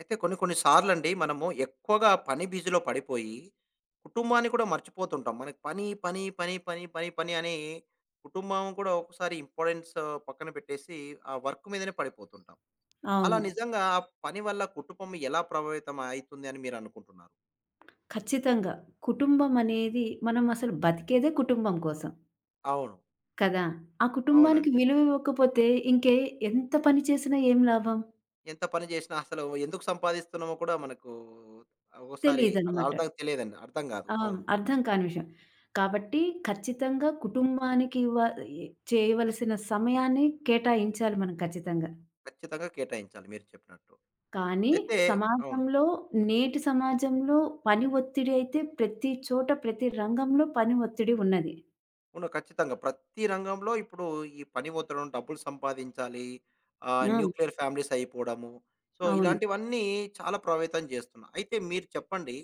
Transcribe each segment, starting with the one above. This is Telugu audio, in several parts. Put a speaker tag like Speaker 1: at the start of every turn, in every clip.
Speaker 1: అయితే కొన్ని కొన్ని సార్లండి మనము ఎక్కువగా పని బిజీలో పడిపోయి, కుటుంబాన్ని కూడా మర్చిపోతుంటాం. మనకి పని, పని, పని, పని, పని, పని అని కుటుంబం కూడా ఒక్కోసారి ఇంపార్టెన్స్ పక్కన పెట్టేసి, ఆ వర్క్ మీదనే పడిపోతుంటాం. అలా
Speaker 2: అవును.
Speaker 1: నిజంగా ఆ పని వల్ల కుటుంబం ఎలా ప్రభావితం అయితుంది అని మీరు అనుకుంటున్నారు?
Speaker 2: ఖచ్చితంగా. కుటుంబం అనేది మనం అసలు బతికేదే కుటుంబం కోసం
Speaker 1: అవును.
Speaker 2: కదా! ఆ కుటుంబానికి
Speaker 1: అవునండి.
Speaker 2: విలువ ఇవ్వకపోతే ఇంకే ఎంత పని చేసినా ఏం లాభం?
Speaker 1: ఎంత పని చేసినా అసలు ఎందుకు సంపాదిస్తున్నామో కూడా మనకు ఒక్కోసారి
Speaker 2: తెలీదనమాట.
Speaker 1: అర్థం తెలియదండి. అర్థం కాదు.
Speaker 2: ఆ!
Speaker 1: అవును.
Speaker 2: అర్థం కాని విషయం. కాబట్టి ఖచ్చితంగా కుటుంబానికి ఇవ్వ ఎ చేయవలసిన సమయాన్ని కేటాయించాలి మనం ఖచ్చితంగా.
Speaker 1: ఖచ్చితంగా కేటాయించాలి మీరు చెప్పినట్టు.
Speaker 2: కానీ
Speaker 1: అయితే అవును.
Speaker 2: సమాజంలో నేటి సమాజంలో పని ఒత్తిడి అయితే ప్రతి చోట, ప్రతి రంగంలో పని ఒత్తిడి ఉన్నది.
Speaker 1: అవును. ఖచ్చితంగా. ప్రతి రంగంలో ఇప్పుడు ఈ పని ఒత్తిడం, డబ్బులు సంపాదించాలి,
Speaker 2: ఆ!
Speaker 1: న్యూక్లియర్ ఫ్యామిలీస్ అయిపోవడము. సో,
Speaker 2: అవును.
Speaker 1: ఇలాంటివన్నీ చాలా ప్రభావితం చేస్తున్నాయి. అయితే మీరు చెప్పండి,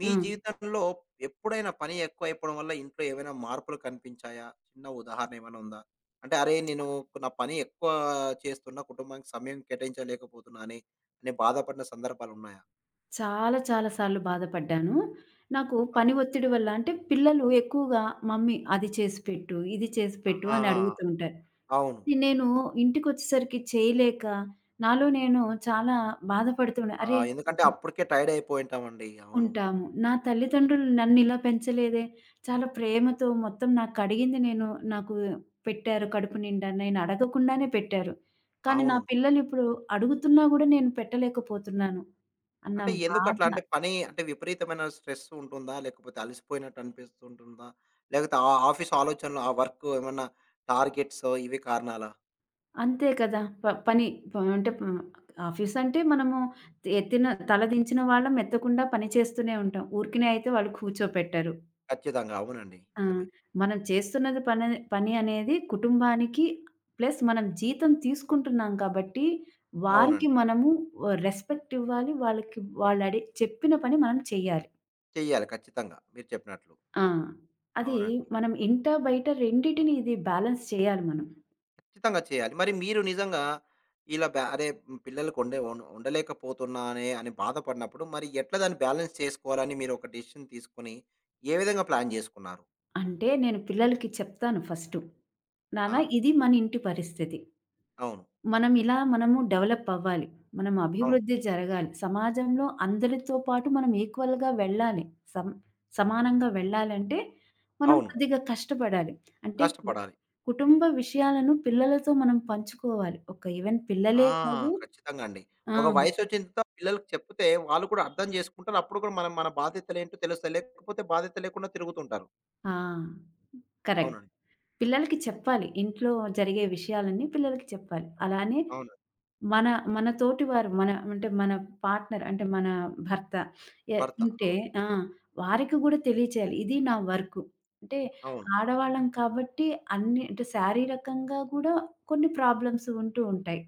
Speaker 1: మీ
Speaker 2: ఆ!
Speaker 1: జీవితంలో ఎప్పుడైనా పని ఎక్కువైపోవడం వల్ల ఇంట్లో ఏవైనా మార్పులు కనిపించాయా? చిన్న ఉదాహరణ ఏమైనా ఉందా? అంటే, "అరే! నేను నా పని ఎక్కువ చేస్తున్నా, కుటుంబానికి సమయం కేటాయించలేకపోతున్నా" అని బాధపడిన సందర్భాలున్నాయా?
Speaker 2: చాలా చాలా సార్లు బాధపడ్డాను. నాకు
Speaker 1: ఆ!
Speaker 2: పని ఒత్తిడి వల్ల అంటే పిల్లలు ఎక్కువగా మమ్మీ అది చేసి పెట్టు, ఇది చేసి పెట్టు అని
Speaker 1: ఆ!
Speaker 2: అడుగుతూ ఉంటారు.
Speaker 1: అవును.
Speaker 2: నేను ఇంటికొచ్చేసరికి చేయలేక నాలో నేను చాలా బాధపడుతున్నా.
Speaker 1: ఆ!
Speaker 2: అరే!
Speaker 1: ఎందుకంటే అప్పటికే టైర్డ్ అయిపోయింటామండి. అవును.
Speaker 2: ఉంటాము. నా తల్లిదండ్రులు నన్ను ఇలా పెంచలేదే, చాలా ప్రేమతో మొత్తం నాకు అడిగింది నేను నాకు పెట్టారు కడుపు నిండా. నేను అడగకుండానే పెట్టారు. కానీ నా
Speaker 1: అవును.
Speaker 2: పిల్లలు ఇప్పుడు అడుగుతున్నా గూడా నేను పెట్టలేకపోతున్నాను అన్న
Speaker 1: అంటే
Speaker 2: బాధ.
Speaker 1: ఎందుకట్లా? అంటే పని అంటే విపరీతమైన స్ట్రెస్ ఉంటుందా? లేకపోతే అలసిపోయినట్టు అనిపిస్తుంటుందా? లేకపోతే ఆ ఆఫీస్ ఆలోచనలు, ఆ వర్క్ ఏమన్నా టార్గెట్సో ఇవి కారణాలా?
Speaker 2: అంతే కదా! ప పని ప అంటే ప ఆఫీస్ అంటే మనము ఎత్తిన తల దించిన వాళ్ళం ఎత్తకుండా పని చేస్తూనే ఉంటాం. ఊరికనే అయితే వాళ్ళు కూర్చోపెట్టరు.
Speaker 1: ఖచ్చితంగా. అవునండి.
Speaker 2: ఆ!
Speaker 1: నిజమే.
Speaker 2: మనం చేస్తున్నది పని పని అనేది కుటుంబానికి ప్లస్ మనం జీతం తీసుకుంటున్నాం కాబట్టి వారికి
Speaker 1: అవునండి.
Speaker 2: మనము రెస్పెక్ట్ ఇవ్వాలి. వాళ్ళకి వాళ్ళడి చెప్పిన పని మనం చేయాలి.
Speaker 1: చెయ్యాలి ఖచ్చితంగా. మీరు చెప్పినట్లు.
Speaker 2: ఆ! అది
Speaker 1: అవునండి.
Speaker 2: మనం ఇంట, బయట రెండిటిని ఇది బ్యాలెన్స్ చేయాలి మనం.
Speaker 1: ఖచ్చితంగా చేయాలి. మరి మీరు నిజంగా ఇలా బ్యా అరే! పిల్లలకి వండే వం వండలేకపోతున్నానే అని బాధపడినప్పుడు మరి ఎట్లా దాన్ని బ్యాలెన్స్ చేసుకోవాలని మీరు ఒక డెసిషన్ తీసుకొని ఏ విధంగా ప్లాన్ జేసుకున్నారు?
Speaker 2: అంటే నేను పిల్లలకి చెప్తాను ఫస్టు.
Speaker 1: ఆ!
Speaker 2: నాన్న ఇది మన ఇంటి పరిస్థితి.
Speaker 1: అవును.
Speaker 2: మనం ఇలా మనము డెవలప్ అవ్వాలి. మనం
Speaker 1: అవును.
Speaker 2: అభివృద్ధి జరగాలి. సమాజంలో అందరితో పాటు మనం ఈక్వల్‌గా వెళ్ళాలి. సం సమానంగా వెళ్ళాలంటే మనం
Speaker 1: అవును.
Speaker 2: కొద్దిగా కష్టపడాలి. అంటే కు
Speaker 1: కష్టపడాలి.
Speaker 2: కుటుంబ విషయాలను పిల్లలతో మనం పంచుకోవాలి. ఒక ఈవెన్
Speaker 1: ఆ!
Speaker 2: పిల్లలే కాదు.
Speaker 1: ఖచ్చితంగా అండి.
Speaker 2: ఆ!
Speaker 1: ఒక వయసొచ్చిన తర్వాత పిల్లలకి చెప్తే వాళ్ళు కూడా అర్థం చేసుకుంటారు. అప్పుడు కూడా మనం మన బాధ్యతలేంటో తెలుస్తాయి. లేకపోతే బాధ్యత లేకుండా తిరుగుతుంటారు.
Speaker 2: ఆ! కరెక్ట్.
Speaker 1: అవునండి.
Speaker 2: పిల్లలకి చెప్పాలి. ఇంట్లో జరిగే విషయాలన్నీ పిల్లలకి చెప్పాలి. అలానే
Speaker 1: అవును.
Speaker 2: మన మన తోటివారు మన అంటే మన పార్ట్‌నర్ అంటే మన భర్త
Speaker 1: భర్త.
Speaker 2: ఉంటే
Speaker 1: అవును.
Speaker 2: ఆ! వారికి గూడా తెలియచేయాలి. ఇది నా వర్కు. అంటే
Speaker 1: అవును.
Speaker 2: ఆడవాళ్ళం కాబట్టి అన్ని అంటే శారీరకంగా గూడా కొన్ని ప్రాబ్లమ్స్ ఉంటూ ఉంటాయి.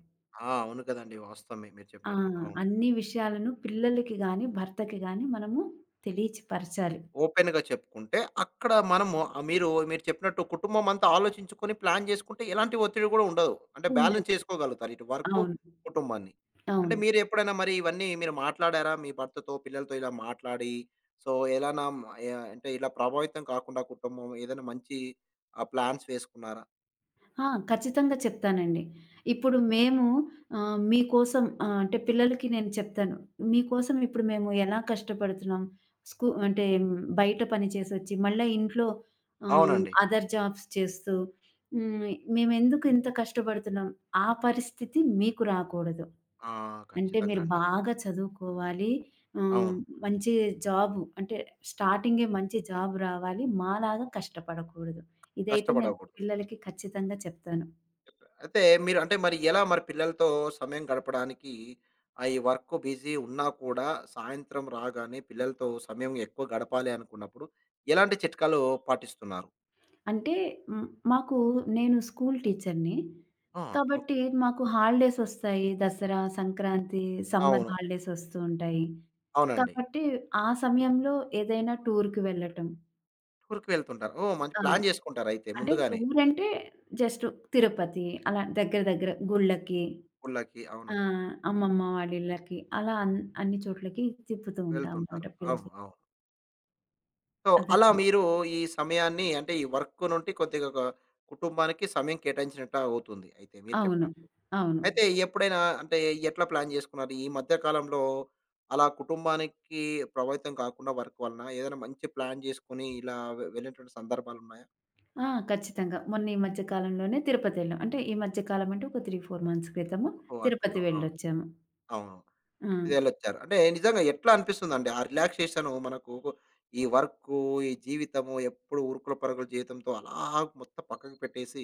Speaker 1: ఆ! అవును కదండీ! వాస్తవమే మీరు
Speaker 2: ఆ!
Speaker 1: చెప్పినట్లు. అవును.
Speaker 2: అన్ని విషయాలను పిల్లలకి గాని, భర్తకి గాని మనము తెలియచి పరచాలి.
Speaker 1: ఓపెన్‌గా చెప్పుకుంటే, అక్కడ మనము మీరు చెప్పినట్టు కుటుంబం అంతా ఆలోచించుకొని ప్లాన్ చేసుకుంటే ఎలాంటి ఒత్తిడి కూడా ఉండదు. అంటే బ్యాలెన్స్
Speaker 2: ఉండదు.
Speaker 1: చేసుకోగలుగుతారు. ఇటు వర్కు,
Speaker 2: అవును.
Speaker 1: కుటుంబాన్ని. అంటే
Speaker 2: అవును.
Speaker 1: మీరెప్పుడైనా మరి ఇవన్నీ మీరు మాట్లాడారా? మీ భర్తతో, పిల్లలతో ఇలా మాట్లాడి, సో, ఎలానా యాహ్, అంటే ఇలా ప్రభావితం కాకుండా కుటుంబం ఏదైనా మంచి ప్లాన్స్ వేసుకున్నారా?
Speaker 2: ఆ! ఖచ్చితంగా చెప్తానండి. ఇప్పుడు మేము మీకోసం అంటే పిల్లలకి నేను చెప్తాను. మీకోసం ఇప్పుడు మేము ఎలా కష్టపడుతున్నాం. స్కూ అంటే మ్, బయట పని చేసొచ్చి, మళ్ళా ఇంట్లో
Speaker 1: అవునండి.
Speaker 2: అదర్ జాబ్స్ చేస్తూ హ్మ్. మేమెందుకు ఇంత కష్టపడుతున్నాం. ఆ పరిస్థితి మీకు రాకూడదు.
Speaker 1: ఆ!
Speaker 2: అంటే
Speaker 1: ఖచ్చితంగా
Speaker 2: మీరు
Speaker 1: అండి.
Speaker 2: బాగా చదువుకోవాలి. ఆహ్,
Speaker 1: అవును.
Speaker 2: మంచి జాబు అంటే స్టార్టింగే మంచి జాబ్ రావాలి. మాలాగా కష్టపడకూడదు. ఇదైతే నేను
Speaker 1: కష్టపడకూడదు.
Speaker 2: పిల్లలకి ఖచ్చితంగా చెప్తాను.
Speaker 1: అయితే మీరు అంటే మరి ఎలా మరి పిల్లలతో సమయం గడపడానికి ఆ ఈ వర్క్ బిజీ ఉన్నా కూడా సాయంత్రం రాగానే పిల్లలతో సమయం ఎక్కువ గడపాలి అనుకున్నప్పుడు ఎలాంటి చిట్కాలు పాటిస్తున్నారు?
Speaker 2: అంటే హ్మ్. మాకు నేను స్కూల్ టీచర్‌ని.
Speaker 1: ఆ! ఓకే.
Speaker 2: కాబట్టి మాకు హాలిడేస్ ఒస్తాయి. దసరా, సంక్రాంతి, సమ్మర్
Speaker 1: అవును.
Speaker 2: హాలిడేస్ ఒస్తూ ఉంటాయి.
Speaker 1: అవునండి.
Speaker 2: కాబట్టి ఆ సమయంలో ఏదైనా టూర్‌కి వెళ్ళటం.
Speaker 1: టూర్‌కి వెళ్తుంటారు. ఓహ్! మంచి
Speaker 2: ఆ!
Speaker 1: ప్లాన్ చేసుకుంటారు అయితే
Speaker 2: అంటే
Speaker 1: ముందుగానే.
Speaker 2: టూర్ అంటే జస్ట్ తిరుపతి అలా దగ్గర దగ్గర గుళ్ళకి,
Speaker 1: గుళ్ళకి
Speaker 2: ఆ!
Speaker 1: అవునండి.
Speaker 2: అమ్మమ్మ వాళ్ళిళ్ళకి అలా అన్ని చోట్లకి తిప్పుతూ ఉంటాం
Speaker 1: వెళ్తుంటారు.
Speaker 2: అన్నమాట
Speaker 1: అవును.
Speaker 2: పిలిసి.
Speaker 1: అవును. సో, అలా
Speaker 2: అదన్
Speaker 1: మీరు ఈ సమయాన్ని అంటే ఈ వర్క్ నుండి కొద్దిగా ఒక కుటుంబానికి సమయం కేటాయించినట్టు అవుతుంది అయితే మీరు
Speaker 2: అవును.
Speaker 1: చెప్పినట్టు.
Speaker 2: అవును.
Speaker 1: అయితే ఎప్పుడైనా అంటే ఎట్లా ప్లాన్ చేసుకున్నారు? ఈ మధ్య కాలంలో అలా కుటుంబానికి ప్రభావితం కాకుండా వర్క్ వలన ఏదైనా మంచి ప్లాన్ చేసుకొని ఇలా వెళ్ళినటువంటి సందర్భాలున్నాయా?
Speaker 2: ఆ! ఖచ్చితంగా. మొన్న ఈ మధ్య కాలంలోనే తిరుపతెళ్ళాం. అంటే ఈ మధ్య కాలం అంటే ఒక 3, 4 మంత్స్ క్రితము
Speaker 1: ఓహ్!
Speaker 2: తిరుపతి
Speaker 1: అద్భుతం. అవును.
Speaker 2: వెళ్ళొచ్చాము.
Speaker 1: అవును.
Speaker 2: ఆ!
Speaker 1: వెళ్ళొచ్చారు. అంటే నిజంగా ఎట్లా అనిపిస్తుందండి? ఆ రిలాక్సేషను మనకు ఈ వర్కు, ఈ జీవితము ఎప్పుడు ఉరుకుల పరుగుల జీవితంతో అలా మొత్తం పక్కకు పెట్టేసి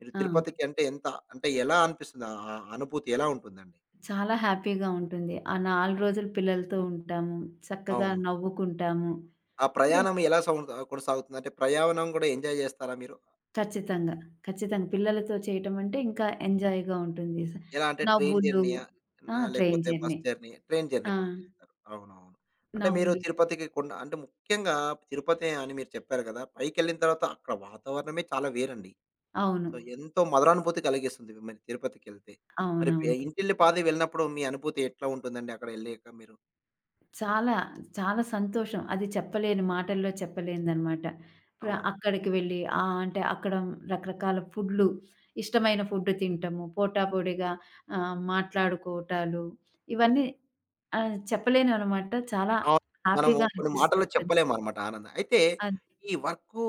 Speaker 1: మీరు
Speaker 2: ఆ!
Speaker 1: తిరుపతికి అంటే ఎంత అంటే ఎలా అనిపిస్తుంది? ఆ ఆ అనుభూతి ఎలా ఉంటుందండి?
Speaker 2: చాలా హ్యాపీగా ఉంటుంది. ఆ 4 రోజులు పిల్లలతో ఉంటాము. చక్కగా
Speaker 1: అవును.
Speaker 2: నవ్వుకుంటాము.
Speaker 1: ఆ
Speaker 2: యె
Speaker 1: ప్రయాణం ఎలా సౌ కొనసాగుతుంది? అంటే ప్రయాణం కూడా ఎంజాయ్ చేస్తారా మీరు?
Speaker 2: ఖచ్చితంగా. ఖచ్చితంగా. పిల్లలతో చేయటం అంటే ఇంకా ఎంజాయ్‌గా ఉంటుంది. స
Speaker 1: ఎలా అంటే ట్రైన్
Speaker 2: నవ్వులు
Speaker 1: జర్నీయా?
Speaker 2: ఆ!
Speaker 1: నా
Speaker 2: ట్రైన్
Speaker 1: లేకపోతే bus
Speaker 2: journey.
Speaker 1: Journey? Train journey
Speaker 2: ఆ!
Speaker 1: పాటిస్తారు. అవునవును. అంటే మీరు
Speaker 2: నవ్వులు.
Speaker 1: తిరుపతికి కొండ అంటే ముఖ్యంగా తిరుపతి అని మీరు చెప్పారు కదా! పైకెళ్ళిన తర్వాత అక్కడ వాతావరణమే చాలా వేరండి.
Speaker 2: అవును.
Speaker 1: సో, ఎంతో మధురానుభూతి కలిగిస్తుంది మరి తిరుపతికెళ్తే. మరి
Speaker 2: అవునవును.
Speaker 1: ఇంటిల్లి పాది వెళ్ళినప్పుడు మీ అనుభూతి ఎట్లా ఉంటుందండి అక్కడ ఎళ్ళాక మీరు?
Speaker 2: చాలా, చాలా సంతోషం. అది చెప్పలేని మాటల్లో చెప్పలేనిదనమాట.
Speaker 1: అవును.
Speaker 2: అక్కడికి వెళ్ళి అంటే అక్కడ రకరకాల ఫుడ్‌లు, ఇష్టమైన ఫుడ్ తింటము, పోటాపోడిగా మాట్లాడుకోవటాలు ఇవన్నీ చెప్పలేనివనమాట. చాలా
Speaker 1: అవును. మనము
Speaker 2: హ్యాపీగా
Speaker 1: కొన్ని
Speaker 2: అనిపిస్తూ
Speaker 1: మాటల్లో
Speaker 2: ఉంటది.
Speaker 1: చెప్పలేమనమాట ఆనందం. అయితే
Speaker 2: అది
Speaker 1: ఈ వర్కు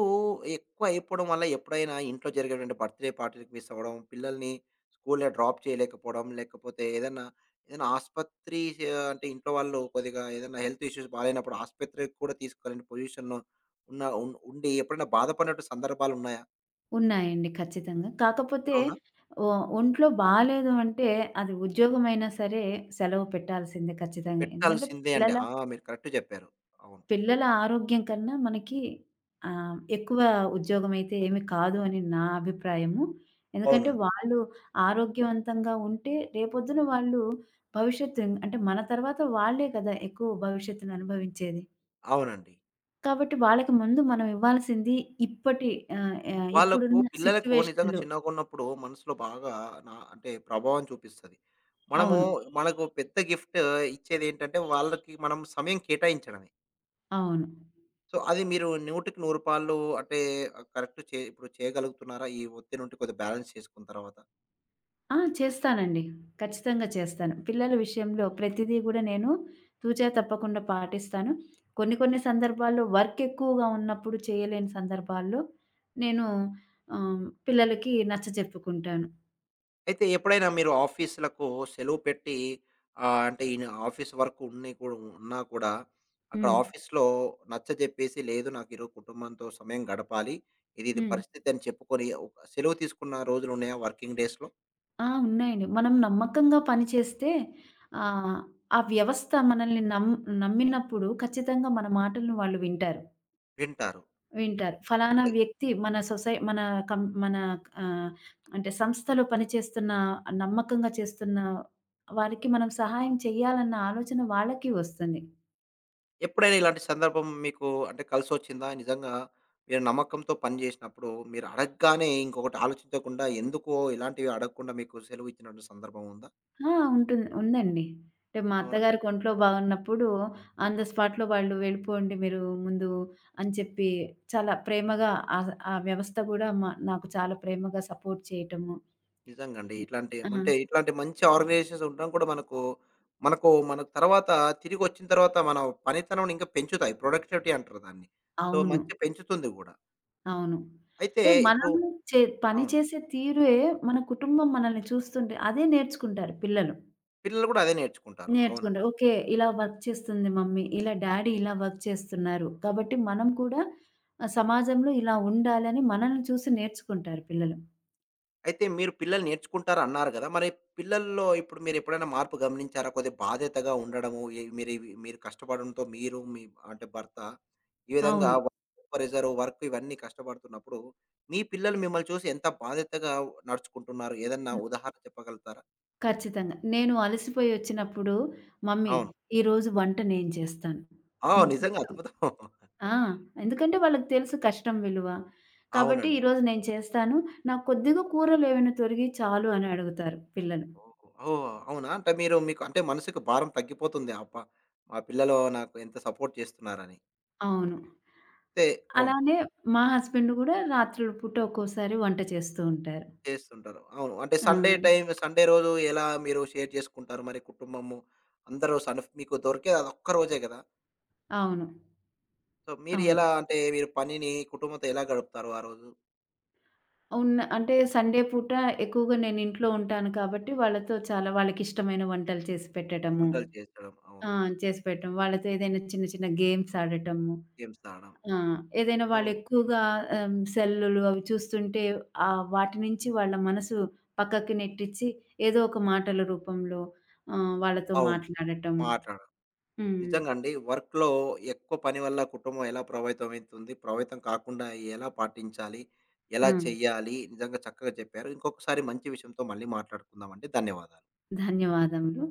Speaker 1: ఎక్కువ అయిపోవడం వల్ల ఎప్పుడైనా ఇంట్లో జరిగేటువంటి బర్త్‌డే పార్టీ‌లకి మిస్ అవ్వడం, పిల్లల్ని స్కూల్‌లో డ్రాప్ చేయలేకపోవడం, లేకపోతే ఏదన్నా ఏదైనా ఆస్పత్రి సే అంటే ఇంట్లో వాళ్ళు కొద్దిగా ఏదైనా హెల్త్ ఇష్యూస్ బాలేనప్పుడు ఆస్పత్రికి కూడా తీసుకెళ్ళని పొజిషన్‌లో ఉన్న ఉన్ ఉండి ఎప్పుడైనా బాధపడినట్టు సందర్భాలున్నాయా?
Speaker 2: ఉన్నాయండి ఖచ్చితంగా. కాకపోతే
Speaker 1: అవునా?
Speaker 2: ఒ ఒంట్లో బాలేదు అంటే అది ఉద్యోగమైనా సరే సెలవు పెట్టాల్సిందే ఖచ్చితంగా. ఎందుకంటే
Speaker 1: పెట్టాల్సిందే అండి.
Speaker 2: పిల్లల
Speaker 1: ఆ! మీరు కరెక్ట్ చెప్పారు. అవును.
Speaker 2: పిల్లల ఆరోగ్యం కన్నా మనకి ఎక్కువ ఉద్యోగమైతే ఏమి కాదు అని నా అభిప్రాయము. ఎందుకంటే
Speaker 1: అవునండి.
Speaker 2: వాళ్ళు ఆరోగ్యవంతంగా ఉంటే రేపొద్దున వాళ్ళు భవిష్యత్తు అంటే మన తర్వాత వాళ్ళే కదా ఎక్కువ భవిష్యత్తుని అనుభవించేది.
Speaker 1: అవునండి.
Speaker 2: కాబట్టి వాళ్ళకి ముందు మనం ఇవ్వాల్సింది ఇప్పటి ఆహ్, ఆహ్,
Speaker 1: వాళ్ళకు
Speaker 2: ఇప్పుడున్న
Speaker 1: పిల్లలకు నిజంగా
Speaker 2: సిట్యుయేషన్‌లో
Speaker 1: చిన్నగున్నప్పుడు మనసులో బాగా నా అంటే ప్రభావం చూపిస్తది. మనము
Speaker 2: అవును.
Speaker 1: మనకు పెద్ద గిఫ్ట్ ఇచ్చేదేంటంటే, వాళ్ళకి మనం సమయం కేటాయించడమే.
Speaker 2: అవును.
Speaker 1: సో, అది మీరు 100కి 100 పాళ్ళు అంటే కరెక్ట్ చే ఇప్పుడు చేయగలుగుతున్నారా? ఈ ఒత్తిడి నుండి కొద్దిగా బ్యాలెన్స్ చేసుకున్న తర్వాత?
Speaker 2: ఆ! చేస్తానండి. ఖచ్చితంగా చేస్తాను. పిల్లల విషయంలో ప్రతిదీ గూడా నేను తూచా తప్పకుండా పాటిస్తాను. కొన్ని కొన్ని సందర్భాల్లో వర్క్ ఎక్కువగా ఉన్నప్పుడు చేయలేని సందర్భాల్లో నేను పిల్లలకి నచ్చజెప్పుకుంటాను.
Speaker 1: అయితే ఎప్పుడైనా మీరు ఆఫీసులకు సెలవు పెట్టి అంటే ఈయన ఆఫీస్ వర్క్ ఉన్ని కూడా ఉన్నా కూడా అక్కడ
Speaker 2: హ్మ్.
Speaker 1: ఆఫీస్‌లో నచ్చజెప్పేసి, "లేదు నాకు ఈరోజు కుటుంబంతో సమయం గడపాలి. ఇది ఇది
Speaker 2: హ్మ్.
Speaker 1: పరిస్థితి" అని చెప్పుకొని ఒక సెలవు తీసుకున్న రోజులున్నాయా వర్కింగ్ డేస్‌లో?
Speaker 2: ఆ! ఉన్నాయండి. మనం నమ్మకంగా పనిచేస్తే ఆహ్, ఆ వ్యవస్థ మనల్ని నమ్మినప్పుడు ఖచ్చితంగా మన మాటలను వాళ్ళు వింటారు.
Speaker 1: వింటారు.
Speaker 2: వింటారు. ఫలానా
Speaker 1: ఎ
Speaker 2: వ్యక్తి మన సొసై మన కం మన ఆహ్, అంటే సంస్థలో పనిచేస్తున్న నమ్మకంగా చేస్తున్న వారికి మనం సహాయం చేయాలన్న ఆలోచన వాళ్ళకి వస్తుంది.
Speaker 1: ఎప్పుడైనా ఇలాంటి సందర్భం మీకు అంటే కలిసొచ్చిందా? నిజంగా మీరు నమ్మకంతో పని జేసినప్పుడు మీరు అడగగానే ఇంకొకటి ఆలోచించకుండా ఎందుకో ఇలాంటివి అడగకుండా మీకు సెలవు ఇచ్చినటువంటి సందర్భం ఉందా?
Speaker 2: ఆ! ఉంటుంది. ఉందండి. అంటే మా అత్తగారికి ఒంట్లో బాగున్నప్పుడు ఆన్ ద స్పాట్‌లో వాళ్ళు వెళ్ళిపోండి మీరు ముందు అని చెప్పి చాలా ప్రేమగా ఆ ఆ వ్యవస్థ కూడా నాకు చాలా ప్రేమగా సపోర్ట్ చేయటము.
Speaker 1: నిజంగా అండి. ఇట్లాంటి
Speaker 2: ఆ!
Speaker 1: అంటే ఇట్లాంటి మంచి ఆర్గనైజేషన్స్ ఉండడం కూడా మనకు, మనకు మన తర్వాత తిరిగొచ్చిన తర్వాత మన పనితనం ఇంకా పెంచుతాయి. ప్రొడక్టివిటీ అంటారు దాన్ని. సో,
Speaker 2: అవును.
Speaker 1: మంచిగా పెంచుతుంది గూడా.
Speaker 2: అవును.
Speaker 1: అయితే
Speaker 2: అంటే
Speaker 1: ఇప్పుడు
Speaker 2: మనం చే పని
Speaker 1: అవును.
Speaker 2: చేసే తీరుయే మన కుటుంబం మనల్ని చూస్తుంటే అదే నేర్చుకుంటారు పిల్లలు.
Speaker 1: పిల్లలు గూడా అదే నేర్చుకుంటారు.
Speaker 2: నేర్చుకుంటారు.
Speaker 1: అవునండి.
Speaker 2: ఓకే. ఇలా వర్క్ చేస్తుంది మమ్మీ. ఇలా డ్యాడీ ఇలా వర్క్ చేస్తున్నారు. కాబట్టి మనం కూడా సమాజంలో ఇలా ఉండాలని మనల్ని చూసి నేర్చుకుంటారు పిల్లలు.
Speaker 1: అయితే మీరు పిల్లలు నేర్చుకుంటారన్నారు గదా! మరి పిల్లల్లో ఇప్పుడు మీరెప్పుడైనా మార్పు గమనించారా? కొద్దిగా బాధ్యతగా ఉండడము, ఈ మీరు ఇవి మీరు కష్టపడడంతో మీరు, మీ అంటే భర్త ఈ విధంగా
Speaker 2: అవును.
Speaker 1: వర్క్ ప్రెషర్, వర్క్ ఇవన్నీ కష్టపడుతున్నప్పుడు, మీ పిల్లలు మిమ్మల్ని చూసి ఎంత బాధ్యతగా నడుచుకుంటున్నారు? ఏదన్నా
Speaker 2: హ్మ్.
Speaker 1: ఉదాహరణ చెప్పగలుగుతారా?
Speaker 2: ఖచ్చితంగా. నేను అలసిపోయి వచ్చినప్పుడు మమ్మీ
Speaker 1: అవును.
Speaker 2: ఈరోజు వంట నేను చేస్తాను.
Speaker 1: ఆ!
Speaker 2: నువ్వు
Speaker 1: నిజంగా
Speaker 2: కూర్చో.
Speaker 1: అద్భుతం.
Speaker 2: ఆ! ఎందుకంటే వాళ్ళకి తెలుసు కష్టం విలువ. కాబట్టి
Speaker 1: అవునండి.
Speaker 2: ఈరోజు నేను చేస్తాను. నాకు కొద్దిగా కూరలు ఏమైనా తొరిగియి చాలు అని అడుగుతారు పిల్లలు.
Speaker 1: ఓహ్! ఓహ్! అవునా? అంటే మీరు మీకు అంటే మనసుకి భారం తగ్గిపోతుంది. అబ్బా! మా పిల్లలు నాకు ఎంత సపోర్ట్ చేస్తున్నారని.
Speaker 2: అవును.
Speaker 1: అయితే అవును.
Speaker 2: అలానే మా హస్బెండ్ గూడా రాత్రుల పూట ఒక్కోసారి వంట చేస్తూ ఉంటారు.
Speaker 1: చేస్తుంటారు. అవును. అంటే
Speaker 2: ఆ!
Speaker 1: సండే రోజు ఎలా మీరు షేర్ చేసుకుంటారు మరి కుటుంబము? అందరూ సను మీకు దొరికేది అదొక్క రోజే గదా!
Speaker 2: అవును.
Speaker 1: సో, మీరు
Speaker 2: అవును.
Speaker 1: ఎలా అంటే మీరు పనిని కుటుంబంతో ఎలా గడుపుతారు ఆ రోజు?
Speaker 2: అంటే సండే పూట ఎక్కువగా నేను ఇంట్లో ఉంటాను కాబట్టి వాళ్ళతో చాలా వాళ్ళకిష్టమైన వంటలు చేసి పెట్టడము.
Speaker 1: వంటలు చేసడం.
Speaker 2: ఆ!
Speaker 1: అవును.
Speaker 2: చేసి పెట్టడం. వాళ్ళతో ఏదైనా చిన్న చిన్న గేమ్స్ ఆడటము.
Speaker 1: గేమ్స్ ఆడడం.
Speaker 2: ఆ! ఏదైనా
Speaker 1: సో
Speaker 2: వాళ్ళెక్కువగా సెల్లులు అవి చూస్తుంటే వాటి నుంచి వాళ్ళ మనసు పక్కకి నెట్టిచ్చి ఏదో ఒక మాటల రూపంలో వాళ్ళతో
Speaker 1: అవును.
Speaker 2: మాట్లాడటం.
Speaker 1: మాట్లాడడం.
Speaker 2: హ్మ్.
Speaker 1: నిజంగా అండి. వర్క్‌లో ఎక్కువ పని వల్ల కుటుంబం ఎలా ప్రభావితమైతుంది? ప్రభావితం కాకుండా ఎలా పాటించాలి?
Speaker 2: ఆ!
Speaker 1: ఎలా చెయ్యాలి? నిజంగా చక్కగా చెప్పారు. ఇంకొకసారి మంచి విషయంతో మళ్ళీ మాట్లాడుకుందామండి. ధన్యవాదాలు.
Speaker 2: ధన్యవాదములు.